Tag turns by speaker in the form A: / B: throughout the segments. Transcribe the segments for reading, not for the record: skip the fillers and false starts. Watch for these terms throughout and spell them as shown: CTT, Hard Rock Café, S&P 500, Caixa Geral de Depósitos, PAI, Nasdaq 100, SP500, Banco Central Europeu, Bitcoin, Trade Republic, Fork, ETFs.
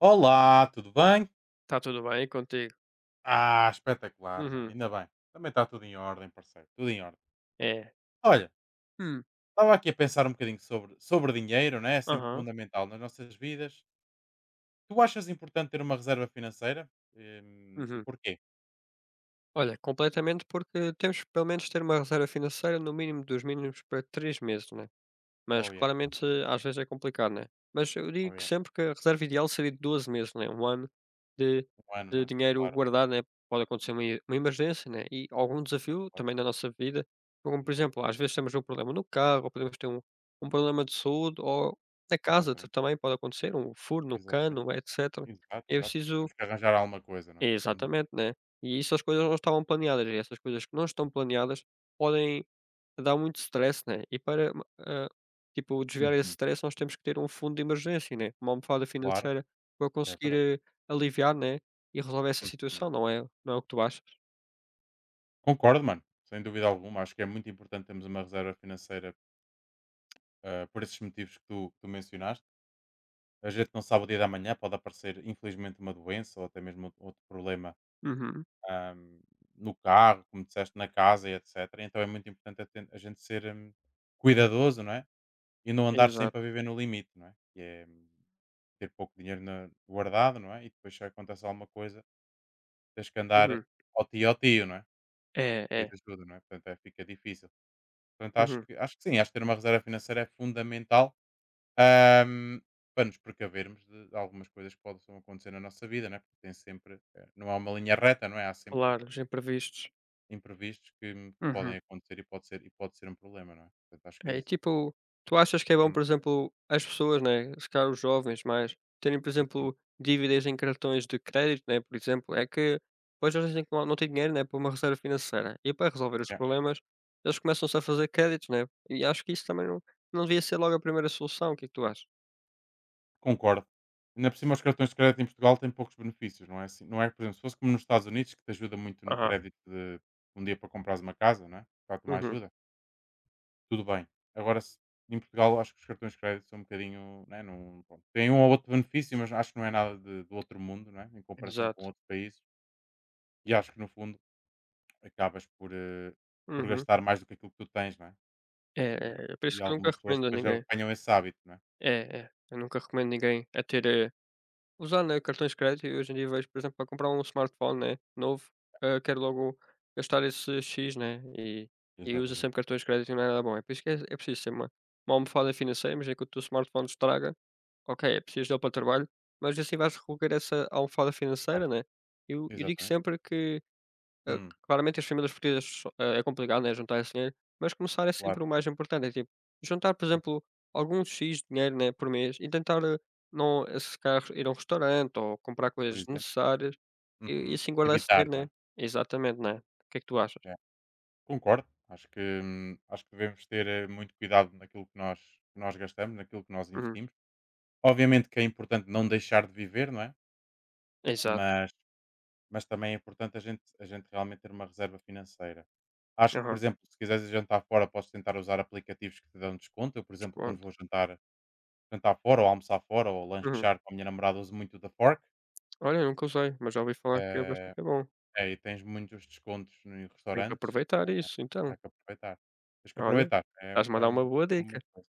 A: Olá, tudo bem?
B: Está tudo bem contigo?
A: Ah, espetacular, mano.
B: Uhum.
A: Ainda bem. Também está tudo em ordem, parceiro. Tudo em ordem.
B: É.
A: Olha,
B: Hum.
A: estava aqui a pensar um bocadinho sobre dinheiro, né? É sempre
B: Aham.
A: fundamental nas nossas vidas. Tu achas importante ter uma reserva financeira? E
B: Uhum.
A: porquê?
B: Olha, completamente, porque temos que pelo menos ter uma reserva financeira no mínimo dos mínimos para 3 meses, né? Mas
A: Oh, yeah.
B: claramente às vezes é complicado, né? Mas eu
A: Oh,
B: digo que
A: yeah.
B: sempre que a reserva ideal seria de 12 meses, né? Um ano de,
A: Um ano, não
B: de
A: é?
B: dinheiro
A: Claro.
B: guardado, né? Pode acontecer uma emergência, né? E algum desafio
A: Claro.
B: também na nossa vida. Como, por exemplo,
A: Exatamente.
B: às vezes temos um problema no carro, ou podemos ter um problema de saúde, ou na casa
A: Exatamente.
B: também pode acontecer, um furo no
A: Exatamente.
B: cano, etc.
A: Exato,
B: É
A: exato.
B: preciso.
A: Temos que arranjar alguma coisa, não é? Uhum.
B: Exatamente, né. E isso as coisas não estavam planeadas, e essas coisas que não estão planeadas podem dar muito stress, né. E para ah, tipo, desviar esse
A: Uhum.
B: stress nós temos que ter um fundo de emergência, né, uma almofada
A: Claro.
B: financeira para
A: É
B: conseguir,
A: verdade.
B: aliviar, né, e resolver essa situação,
A: Uhum.
B: não é o que tu achas?
A: Concordo, mano. Sem dúvida alguma. Acho que é muito importante termos uma reserva financeira, por esses motivos que tu mencionaste. A gente não sabe o dia da manhã, pode aparecer, infelizmente, uma doença ou até mesmo outro problema,
B: Uhum.
A: ahm, no carro, como disseste, na casa e etc. Então é muito importante a gente ser cuidadoso, não é? E não andar sempre
B: Exato.
A: a viver no limite, não é? Que é, ter pouco dinheiro guardado, não é? E depois se acontece alguma coisa, tens que andar
B: Uhum.
A: ao tio, não é?
B: É,
A: Pedir
B: é.
A: ajuda, não é? Portanto, é, fica difícil. Portanto,
B: Uhum.
A: acho que sim, acho que ter uma reserva financeira é fundamental. Ahm, Para nos precavermos de algumas coisas que possam acontecer na nossa vida, né? Porque tem sempre, não há uma linha reta, não é? Há sempre
B: Claro, os imprevistos.
A: imprevistos que,
B: Uhum.
A: podem acontecer e pode ser um problema, não é? Portanto, acho que é
B: É, e
A: isso.
B: tipo, tu achas que é bom,
A: Hum,
B: por exemplo, as pessoas, né, se calhar os jovens mais, terem, por
A: uhum,
B: exemplo, dívidas em cartões de crédito, né, por exemplo, é que hoje eles dizem que não, não têm dinheiro, né, para uma reserva financeira. E para resolver os
A: yeah.
B: problemas, eles começam-se a fazer créditos, né? E acho que isso também não, não devia ser logo a primeira solução. O que é que tu achas?
A: Concordo. Ainda por cima, os cartões de crédito em Portugal têm poucos benefícios, não é? Assim, não é, por exemplo, se fosse como nos Estados Unidos, que te ajuda muito no
B: Aham.
A: crédito de um dia para comprares uma casa, não é? Dá-te uma
B: Uhum,
A: ajuda. Tudo bem. Agora, em Portugal, acho que os cartões de crédito são um bocadinho. Né, não, pronto, tem um ou outro benefício, mas acho que não é nada do outro mundo, não é? Em comparação
B: exato.
A: com outros países. E acho que, no fundo, acabas por
B: Uhum.
A: gastar mais do que aquilo que tu tens, não é?
B: É,
A: E,
B: é, é por
A: e
B: isso que eu nunca
A: algumas pessoas
B: recomendo a
A: depois já
B: ninguém.
A: apanham esse hábito, não é?
B: É, é. Eu nunca recomendo ninguém a ter usar, né, cartões de crédito e hoje em dia vejo, por exemplo, para comprar um smartphone, né, novo, quero logo gastar esse X, né, e, usa
A: Exatamente.
B: sempre cartões de crédito e não é nada bom. É por isso que é preciso ser uma almofada financeira, mas enquanto o teu smartphone estraga, ok, é preciso dele para o trabalho, mas assim vais recolher essa almofada
A: Claro,
B: financeira, né? Eu digo
A: exatamente.
B: sempre que
A: Hum,
B: claramente as famílias portuguesas so é complicado, né, juntar esse dinheiro, mas começar é
A: claro,
B: sempre o mais importante, é tipo, juntar, por
A: hum,
B: exemplo, alguns X de dinheiro, né, por mês e tentar não se calhar ir a um restaurante ou comprar
A: por
B: coisas
A: exemplo.
B: necessárias e
A: Uhum.
B: assim guardar esse
A: Evitar,
B: dinheiro,
A: não é?
B: né. Exatamente, né. O que é que tu achas?
A: É, concordo. Acho que devemos ter, muito cuidado naquilo que nós gastamos, naquilo que nós
B: Uhum.
A: investimos. Obviamente que é importante não deixar de viver, não é?
B: Exato.
A: Mas, mas também é importante a gente realmente ter uma reserva financeira. Acho que, por
B: Aham,
A: exemplo, se quiseres jantar fora, podes tentar usar aplicativos que te dão desconto. Eu, por exemplo, quando
B: desconto.
A: vou jantar fora, ou almoçar fora, ou
B: Uhum.
A: lanchar com a minha namorada, uso muito o da Fork.
B: Olha, nunca usei, mas já ouvi falar que é
A: Eh,
B: bastante bom.
A: É, e tens muitos descontos em
B: Tenho que
A: restaurantes.
B: aproveitar isso
A: Há
B: então.
A: que aproveitar. Tens que
B: Olha,
A: aproveitar. É,
B: estás-me a
A: é
B: dar
A: uma,
B: uma boa dica.
A: uma coisa.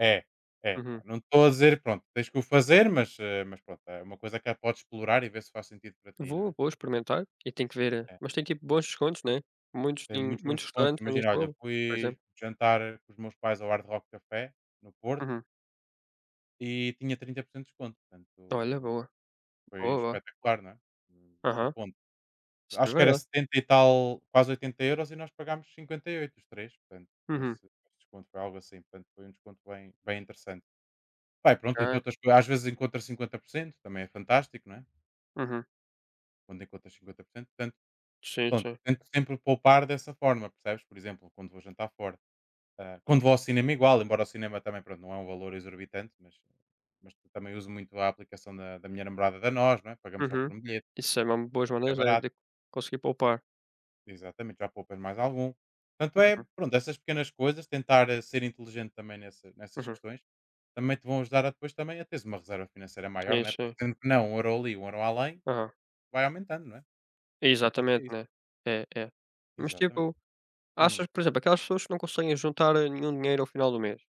A: É, é. Pá,
B: Uhum.
A: não estou a dizer, pronto, tens que o fazer, mas pronto, é uma coisa que a podes explorar e ver se faz sentido para ti, não
B: Vou,
A: é?
B: vou experimentar e tenho que ver
A: É,
B: mas tem tipo bons descontos, né, muitos
A: tem
B: em
A: muitos bons
B: muitos
A: descontos.
B: restaurantes em
A: Imagina, olha,
B: Lisboa, por
A: fui
B: exemplo.
A: jantar com os meus pais ao Hard Rock Café, no Porto,
B: Uhum.
A: e tinha 30% de desconto.
B: Olha,
A: Portanto,
B: boa,
A: foi
B: boa, boa.
A: espetacular, não é? Da
B: Aham,
A: conta.
B: isso é
A: Acho que era
B: verdade.
A: 70 e tal, quase 80 euros, e nós pagámos 58 os três. Portanto, foi
B: Uhum,
A: esse desconto, foi algo assim. Portanto, foi um desconto bem, bem interessante. Bem, pronto, entre
B: ok.
A: outras coisas, às vezes encontra 50%, também é fantástico, não é?
B: Uhum.
A: Quando encontra 50%, portanto,
B: Sim,
A: pronto,
B: sim.
A: tento sempre poupar dessa forma, percebes? Por exemplo, quando vou jantar fora. Ah, quando vou ao cinema, igual, embora o cinema também, pronto, não é um valor exorbitante, mas, também uso muito a aplicação da minha namorada, da nós, não é? Pagamos só
B: Uhum.
A: por um bilhete,
B: Isso é uma
A: portanto
B: boas
A: fica
B: maneiras, né,
A: barato,
B: de conseguir poupar.
A: exatamente, já poupas mais algum. Portanto, é,
B: Uhum,
A: pronto, essas pequenas coisas, tentar, ser inteligente também nessas
B: uhum.
A: questões, também te vão ajudar a depois também a teres uma reserva financeira maior,
B: Sim,
A: não é? Porque
B: sim.
A: sendo que não, um euro ali, um euro além,
B: Aham.
A: vai aumentando, não é? Portanto, acho que
B: Exatamente,
A: é isso.
B: né. É, é. Mas
A: Exatamente.
B: tipo,
A: Hum,
B: achas, por exemplo, aquelas pessoas que não conseguem juntar nenhum dinheiro ao final do mês.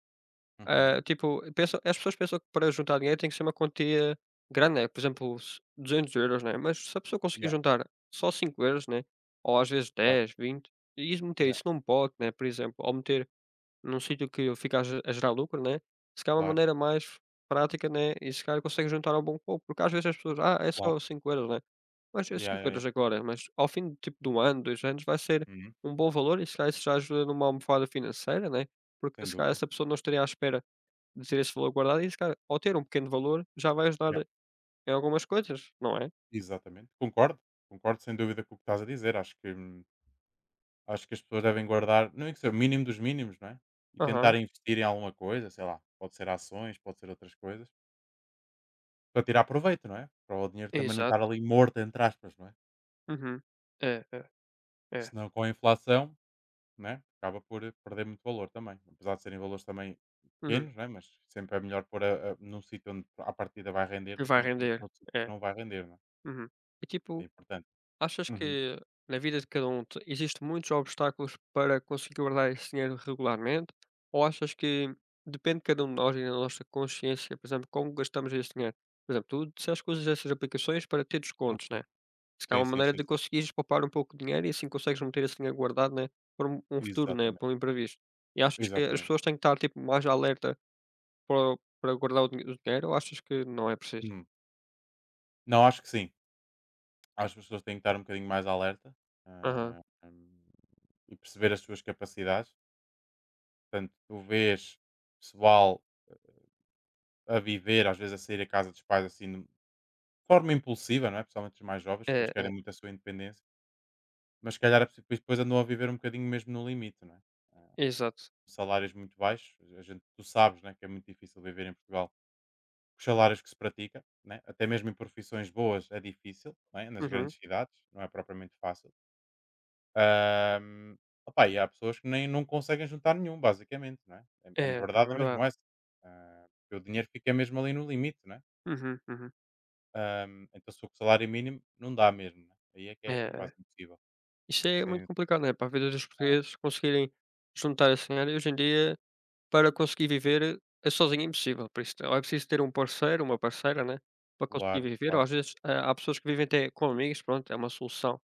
A: uhum.
B: Ah, tipo, pensa as pessoas pensam que para juntar dinheiro tem que ser uma quantia grande, né, por exemplo, se 200 euros né, mas se a pessoa conseguir
A: Yeah,
B: juntar só 5 euros né, ou às vezes
A: claro,
B: 10, 20, e isso meter
A: yeah,
B: isso num pote, né, por exemplo, ou meter num sítio que fica a ge a gerar lucro, né, se calhar é uma
A: claro,
B: maneira mais prática, né, e se calhar consegue juntar um bom pouco, porque às vezes as pessoas: "Ah, é só
A: claro.
B: 5 euros né, mas é
A: Yeah,
B: cinco
A: yeah, yeah.
B: euros agora, mas ao fim de tipo de 1 ano, 2 anos vai ser
A: Uhum,
B: um bom valor e se calhar isso já ajuda numa almofada financeira, né, porque
A: sem
B: se calhar
A: dúvida.
B: essa pessoa não estaria à espera ter esse valor guardado e esse cara, ao ter um pequeno valor, já vai ajudar em algumas coisas, não é?
A: Exatamente, concordo, concordo sem dúvida com o que estás a dizer. Acho que as pessoas devem guardar, não é que seja o mínimo dos mínimos, não é? E tentar
B: Aham.
A: investir em alguma coisa, sei lá, pode ser ações, pode ser outras coisas, para tirar proveito, não é? Para o dinheiro também não
B: Exato.
A: estar ali morto, entre aspas, não é?
B: Uhum. É, é, é.
A: Senão com a inflação, né? Acaba por, perder muito valor também. Apesar de serem valores também
B: Uhum.
A: pequenos, não é? Mas sempre é melhor pôr num sítio onde a partida vai render
B: E
A: do que
B: vai
A: no
B: render.
A: outro sítio que
B: É.
A: não vai render, não é?
B: Uhum. E
A: Então é
B: tipo,
A: importante.
B: achas
A: Uhum,
B: que na vida de cada um te existe muitos obstáculos para conseguir guardar esse dinheiro regularmente? Ou achas que depende de cada um de nós e da nossa consciência, por exemplo, como gastamos esse dinheiro? Por exemplo, tu disseste que usas essas aplicações para ter descontos,
A: uhum.
B: né? Se calhar é
A: Sim,
B: uma
A: sim,
B: maneira
A: sim,
B: de
A: sim.
B: conseguires poupar um pouco de dinheiro e assim consegues manter esse dinheiro guardado, né, para um futuro, né, para
A: Exatamente,
B: um imprevisto. E achas que as
A: exatamente.
B: pessoas têm que estar, tipo, mais alerta para guardar o dinheiro ou achas que não é preciso?
A: Hum. Não, acho que sim. Acho que as pessoas têm que estar um bocadinho mais alerta,
B: Aham.
A: ah, hum, e perceber as suas capacidades. Portanto, tu vês pessoal a viver, às vezes a sair a casa dos pais assim, de forma impulsiva, não é? Principalmente os mais jovens, porque
B: É,
A: eles querem
B: é.
A: muito a sua independência, mas se calhar depois andam a viver um bocadinho mesmo no limite, não é? Ah,
B: Exato.
A: salários muito baixos, a gente, tu sabes, né, que é muito difícil viver em Portugal, os salários que se pratica, né? Até mesmo em profissões boas é difícil, não é? Nas
B: Uhum.
A: grandes cidades, não é propriamente fácil. Ahm, opá, e há pessoas que nem não conseguem juntar nenhum, basicamente, não é? É, é
B: É, é
A: verdade, é mesmo
B: verdade.
A: essa. Ah, porque o dinheiro fica mesmo ali no limite, não é?
B: Uhum, uhum.
A: Então se o salário mínimo não dá mesmo, né? Aí é que
B: É,
A: é, é quase
B: é.
A: impossível.
B: Isso é muito
A: Sem
B: complicado, né, para a vida dos portugueses conseguirem juntar esse dinheiro e hoje em dia. Para conseguir viver, é sozinho é impossível, por isso ou é preciso ter um parceiro, uma parceira, né, para conseguir
A: pular,
B: viver ou
A: claro,
B: às vezes, há pessoas que vivem até com amigos, pronto, é uma solução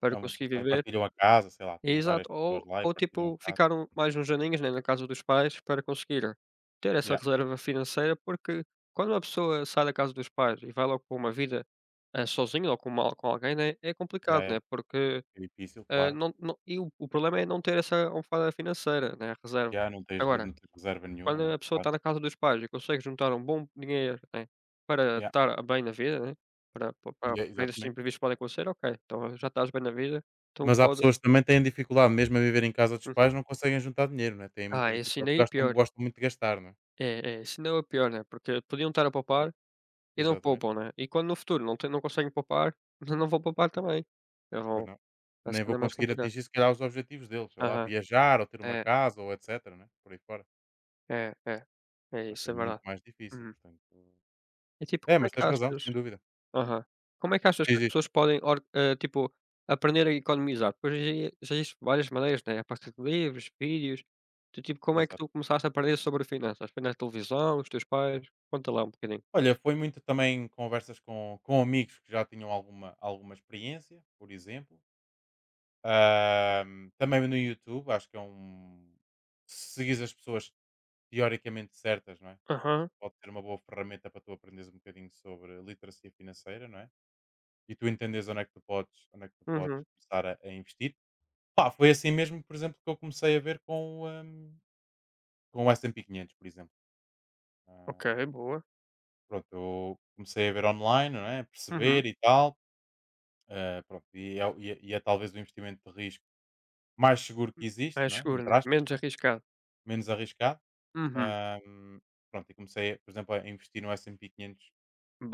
B: para
A: é uma
B: conseguir
A: solução. E
B: viver.
A: partilham a casa, sei lá,
B: É
A: tem várias
B: exato,
A: pessoas
B: ou
A: lá e partilham
B: tipo
A: a casa.
B: ficaram mais uns aninhos, né, na casa dos pais para conseguir ter essa
A: Yeah,
B: reserva financeira, porque quando uma pessoa sai da casa dos pais e vai logo para uma vida, sozinha ou com alguém, né, é
A: yeah,
B: complicado, né, porque,
A: é difícil, claro.
B: não e o problema é não ter essa almofada financeira, né, a reserva.
A: Yeah, não tens,
B: Agora
A: não tens reserva nenhuma, não
B: quando
A: é?
B: a pessoa
A: Claro.
B: está na casa dos pais e consegue juntar um bom dinheiro, né, para
A: Yeah,
B: estar bem na vida, né, para pa pa
A: yeah,
B: para esses
A: exatamente.
B: imprevistos que podem acontecer, ok, então já estás bem na vida, então
A: Mas há
B: pode.
A: pessoas que também têm dificuldade, mesmo a viver em casa dos
B: Uhum.
A: pais, não conseguem juntar dinheiro, né? Têm muita
B: Ah, esse
A: dificuldade,
B: ainda
A: porque
B: é
A: gastam
B: pior.
A: gostam muito de gastar, né?
B: É, é, esse ainda é pior, né, porque podiam estar a
A: Ou
B: poupar e não
A: exatamente,
B: poupam, né, e quando no futuro não tem, não conseguem poupar, não vão poupar também. Eu
A: pois
B: vou
A: não.
B: vai ser
A: Nem vou
B: ainda mais
A: conseguir
B: complicado.
A: atingir, se calhar, os objetivos deles, sei lá,
B: Aham.
A: viajar ou ter uma
B: É,
A: casa ou etcétera, né? Por aí fora.
B: é, é. É
A: Vai
B: isso,
A: ser
B: é
A: muito
B: verdade.
A: mais difícil,
B: Uhum.
A: portanto.
B: E tipo,
A: É,
B: como é
A: mas
B: que
A: tens razão,
B: achas.
A: sem dúvida.
B: Aham. Como é que achas que
A: Diz,
B: as
A: diz.
B: pessoas podem tipo, aprender a economizar? Pois aí já existem várias maneiras, né, a partir de livros, vídeos. Tu, tipo, como é que tu
A: Exato.
B: começaste a aprender sobre finanças? Foi na televisão, os teus pais? Conta lá um bocadinho.
A: Olha, foi muito também conversas com amigos que já tinham alguma experiência, por exemplo. Também no YouTube, acho que é um, se seguires as pessoas teoricamente certas, não é?
B: Aham,
A: Pode ser uma boa ferramenta para tu aprenderes um bocadinho sobre literacia financeira, não é? E tu entenderes onde é que tu podes, onde é que tu podes
B: uhum.
A: começar a investir. Pá, foi assim mesmo, por exemplo, que eu comecei a ver com o S&P 500, por exemplo.
B: Ok,
A: Ah,
B: boa.
A: pronto, eu comecei a ver online, não é? A
B: Uhum.
A: perceber e tal. Ah, pronto, e é talvez o investimento de risco mais seguro que existe,
B: Mais
A: não é?
B: seguro,
A: Entre
B: né?
A: aspas,
B: Menos
A: não é?
B: arriscado.
A: Menos arriscado.
B: Uhum.
A: Ah, pronto, e comecei, por exemplo, a investir no S&P 500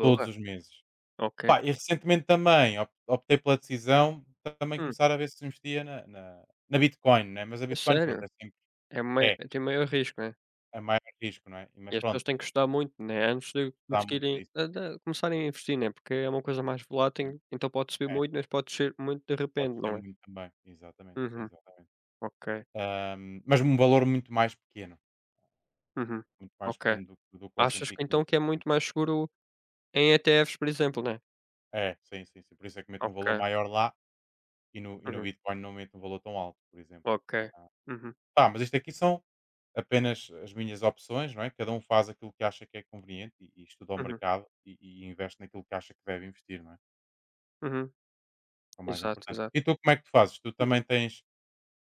A: todos os meses.
B: ok.
A: Pá, e recentemente também op optei pela decisão de também
B: Hum,
A: começar a ver se investia na na Bitcoin, né, mas a
B: a
A: Bitcoin, pronto,
B: sério? É mai
A: é,
B: tem maior risco, né?
A: é maior risco, não é,
B: E
A: mas
B: as pessoas
A: pronto,
B: têm que estudar muito, né, antes de
A: dá muito
B: conseguirem
A: disso,
B: a da começarem a investir, né, porque é uma coisa mais
A: exatamente.
B: volátil, então pode subir
A: É,
B: muito, mas pode descer muito de
A: pode
B: repente,
A: ser
B: não é?
A: muito também, exatamente,
B: Uhum,
A: exatamente.
B: ok.
A: Mas um valor
B: Uhum,
A: muito mais
B: ok.
A: pequeno do que o
B: Achas
A: S&P
B: que então
A: 500.
B: que é muito mais seguro em ETFs, por exemplo, né?
A: É, sim, sim, sim, por isso é que meto um valor
B: Ok.
A: maior lá. E no
B: Uhum,
A: Bitcoin não mete um valor tão alto, por exemplo.
B: ok.
A: Ah,
B: Uhum,
A: tá, mas isto aqui são apenas as minhas opções, não é? Cada um faz aquilo que acha que é conveniente e estuda o
B: uhum,
A: mercado e investe naquilo que acha que deve investir, não é?
B: uhum.
A: É o mais
B: Exato,
A: importante.
B: exato.
A: E tu, como é que tu fazes? Tu
B: Uhum.
A: também tens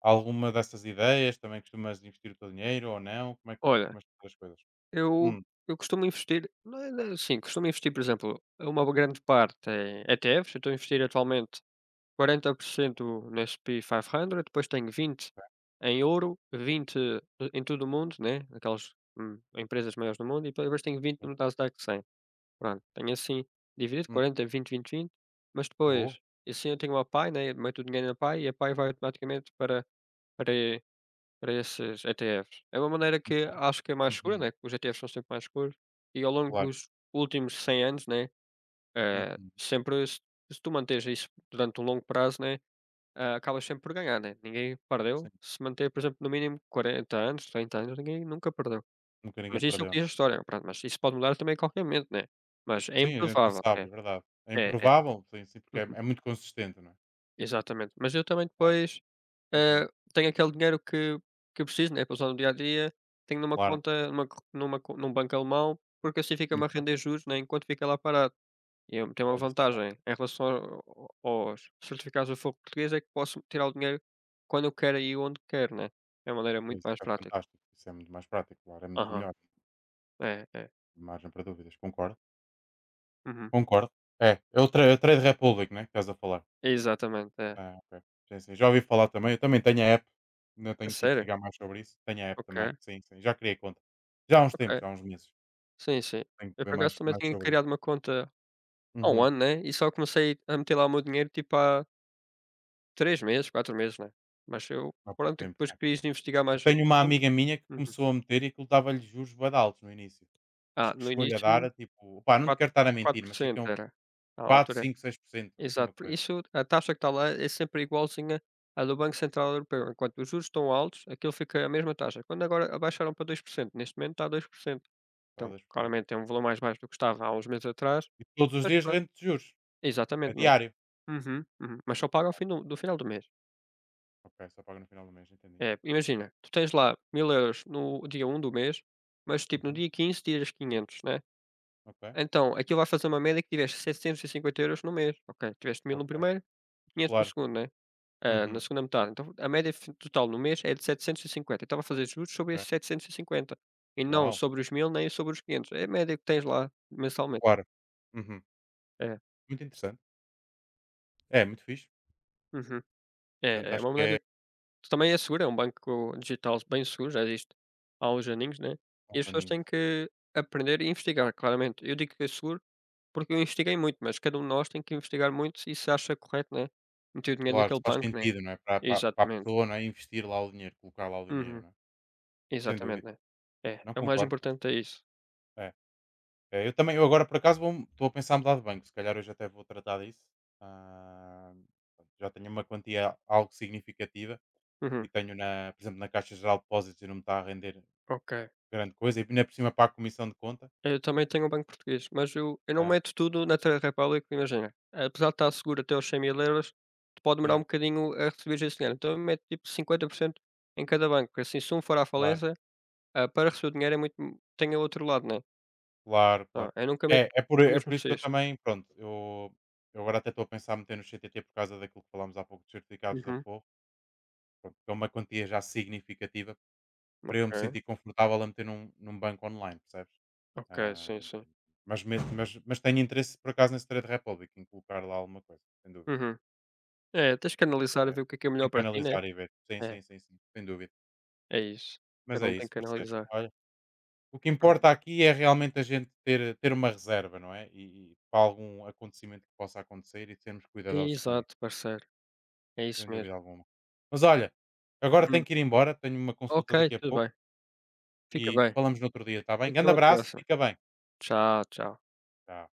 A: alguma dessas ideias? Também costumas investir o teu dinheiro ou não? Como é que tu
B: Olha,
A: costumas fazer as coisas?
B: eu
A: Hum,
B: eu costumo investir não é assim, costumo investir, por exemplo, uma grande parte em ETFs, eu estou a investir atualmente 40% na SP500, depois tenho 20 em ouro, 20 em todo o mundo, né, aquelas, empresas maiores do mundo, e depois tenho 20
A: hum,
B: no Nasdaq 100. Pronto, tenho assim dividido
A: hum.
B: quarenta vinte vinte vinte mas
A: Boa.
B: depois, e assim eu tenho uma PAI, né, meto o dinheiro na PAI e a PAI vai automaticamente para e- para esses ETFs. É uma maneira que acho que é mais segura,
A: Uhum,
B: né, que os ETFs são sempre mais seguros e ao longo
A: claro.
B: dos últimos 100 anos, né,
A: Uhum,
B: sempre se tu manteres isso durante um longo prazo, né, acabas sempre por ganhar, né, ninguém
A: sim.
B: perdeu, se manter, por exemplo, no mínimo 40 anos, 30 anos, ninguém nunca perdeu.
A: Nunca ninguém
B: Mas isso é o
A: perdeu, não
B: que diz a
A: é?
B: história, pronto, mas isso pode mudar também a qualquer momento, né, mas é
A: Sim, a gente não
B: improvável, é,
A: sabe, é verdade. É
B: é, é.
A: improvável, sim, sim, porque é,
B: Uhum,
A: é muito consistente, não é?
B: exatamente. Mas eu também depois,
A: Uhum,
B: ah, tenho aquele dinheiro que eu preciso, né, para usar no dia a dia, tenho numa
A: claro,
B: conta num banco alemão, porque assim fica-me a
A: muito bem.
B: render juros, né, enquanto fica lá parado. E eu tem uma
A: Olha, isso é bom,
B: vantagem em relação ao ao aos certificados do Fogo Português, é que posso tirar o dinheiro quando eu quero e onde quero, né. É uma maneira
A: pois,
B: muito
A: isso
B: mais
A: é
B: prática.
A: fantástico, isso é muito mais prático, claro, é muito
B: Aham.
A: melhor,
B: É, é.
A: margem para dúvidas, concordo,
B: Uhum.
A: concordo. É, é o Tra é o Trade Republic, né, que estás a falar?
B: Exatamente, é.
A: Ah, ok. Sim, sim, já ouvi falar também, eu também tenho a app, ainda
B: A
A: tenho que
B: sério?
A: investigar mais sobre isso, tenho a app
B: Ok,
A: também, sim, sim, já criei conta. Já há uns tempos,
B: ok.
A: já há uns meses,
B: Sim, sim.
A: tenho que
B: Eu,
A: ver
B: por acaso,
A: mais,
B: também
A: mais
B: tinha
A: sobre
B: criado
A: isso.
B: uma conta há um
A: Uhum,
B: ano, né, e só comecei a meter lá o meu dinheiro, tipo, há 3 meses, 4 meses, né. Mas eu,
A: há pouco
B: pronto,
A: tempo,
B: depois
A: é.
B: quis investigar
A: Eu
B: mais a
A: tenho uma
B: fundo.
A: amiga minha que
B: Uhum.
A: começou a meter e aquilo dava-lhe juros bué altos no início.
B: Ah,
A: Acho que
B: no
A: escolha lhe dar
B: início,
A: a tipo, opá, não te
B: quatro
A: quero estar a mentir,
B: por
A: mas sei que
B: cento
A: é um
B: era. À
A: 4,
B: altura.
A: 5, 6%, assim uma
B: Exato, por
A: coisa,
B: isso a taxa que está lá é sempre igualzinha à do Banco Central Europeu. Enquanto os juros estão altos, aquilo fica a mesma taxa. Quando agora abaixaram para 2%, neste momento está a 2%.
A: só
B: Então,
A: 10%.
B: claramente é um valor mais baixo do que estava há uns meses atrás,
A: E todos os
B: mas
A: dias
B: pronto.
A: rende de juros, a
B: Exatamente, não é?
A: diário.
B: Uhum, uhum. Mas só paga ao fim
A: Fantástico.
B: do final do mês.
A: Ok, só paga no final do mês, entendi.
B: É, imagina, tu tens lá 1.000 euros no dia um do mês, mas tipo no
A: Uhum.
B: dia 15 tiras 500, né?
A: Ok,
B: Então, aquilo vai fazer uma média que tiveste 750 euros no mês. Ok, tiveste mil no
A: ok,
B: primeiro, quinhentos no
A: claro.
B: segundo, né? Ah, na
A: Uhum.
B: segunda metade. Então a média fi total no mês é de 750. Eu estava a fazer juros sobre
A: Ok.
B: esses 750 e cinquenta e não
A: Uau,
B: sobre os 1000 nem sobre os 500. É a média que tens lá mensalmente.
A: claro. Uhum.
B: É.
A: Muito interessante. É, muito fixe.
B: Uhum.
A: Portanto,
B: É, é
A: acho
B: uma
A: que é
B: maneira que também é segura, é um banco digital bem seguro, já existe há uns aninhos, né, e
A: aos
B: as pessoas
A: aninhos,
B: têm
A: né?
B: que aprender e investigar, claramente. Eu digo que é seguro, porque eu investiguei muito, mas cada um de nós tem que investigar muito e se acha correto, né, meter o dinheiro
A: Claro,
B: naquele
A: se faz
B: banco, né.
A: sentido, não é? Para a
B: Exatamente.
A: pessoa, não é? Investir lá o dinheiro, colocar lá o dinheiro,
B: Uhum.
A: não é? Sem
B: Exatamente,
A: dúvida.
B: né. É,
A: Não
B: é o mais
A: concordo. Acho.
B: importante é isso.
A: É. É, eu também, eu agora por acaso estou a pensar em mudar de banco, se calhar hoje até vou tratar disso. Ah, pronto, já tenho uma quantia algo significativa
B: Uhum.
A: e tenho, na, por exemplo, na Caixa Geral de Depósitos, e não me está a render
B: Ok.
A: grande coisa, e ainda por cima para a comissão de conta.
B: Eu também tenho um banco português, mas eu não
A: É,
B: meto tudo na Trade Republic, imagina. Apesar de estar seguro até aos 100 mil euros, pode demorar um
A: é,
B: bocadinho a receber esse dinheiro. Então eu meto tipo 50% em cada banco, porque assim, se um for à
A: claro,
B: falência, para receber o dinheiro é muito. Tem o outro lado, né?
A: claro,
B: Ah,
A: claro.
B: eu nunca meto
A: É,
B: no
A: é
B: mesmo
A: por isso que eu
B: cesto.
A: também, pronto, eu agora até estou a pensar em meter no CTT por causa daquilo que falámos há pouco dos certificados da
B: Uhum.
A: Forro, pronto, que é uma quantia já significativa para eu me
B: Ok,
A: sentir confortável a meter num banco online, percebes?
B: ok,
A: Ah,
B: sim, sim.
A: mas tenho interesse, por acaso, nesse Trade Republic, em colocar lá alguma coisa, sem dúvida.
B: Uhum. É, tens que analisar a
A: Eh,
B: ver o que é
A: Em
B: melhor para ti, né?
A: canalizar e ver. Sim,
B: É,
A: sim, sim, sim, sem dúvida.
B: é isso.
A: Mas
B: Cada
A: é
B: um tem
A: isso,
B: que
A: parceiro.
B: analisar.
A: Olha, o que
B: Uhum.
A: importa aqui é realmente a gente ter uma reserva, não é? E para algum acontecimento que possa acontecer e sermos cuidadosos com isso,
B: Exato, parceiro. É isso
A: sem dúvida
B: mesmo.
A: alguma. Mas olha, agora
B: Uhum.
A: tenho que ir embora, tenho uma
B: Ok,
A: consulta daqui a
B: tudo
A: pouco
B: bem. Fica
A: e
B: bem.
A: falamos no outro dia, está
B: E
A: bem?
B: até
A: Grande
B: uma
A: abraço,
B: próxima.
A: fica bem.
B: Tchau, tchau.
A: Tchau.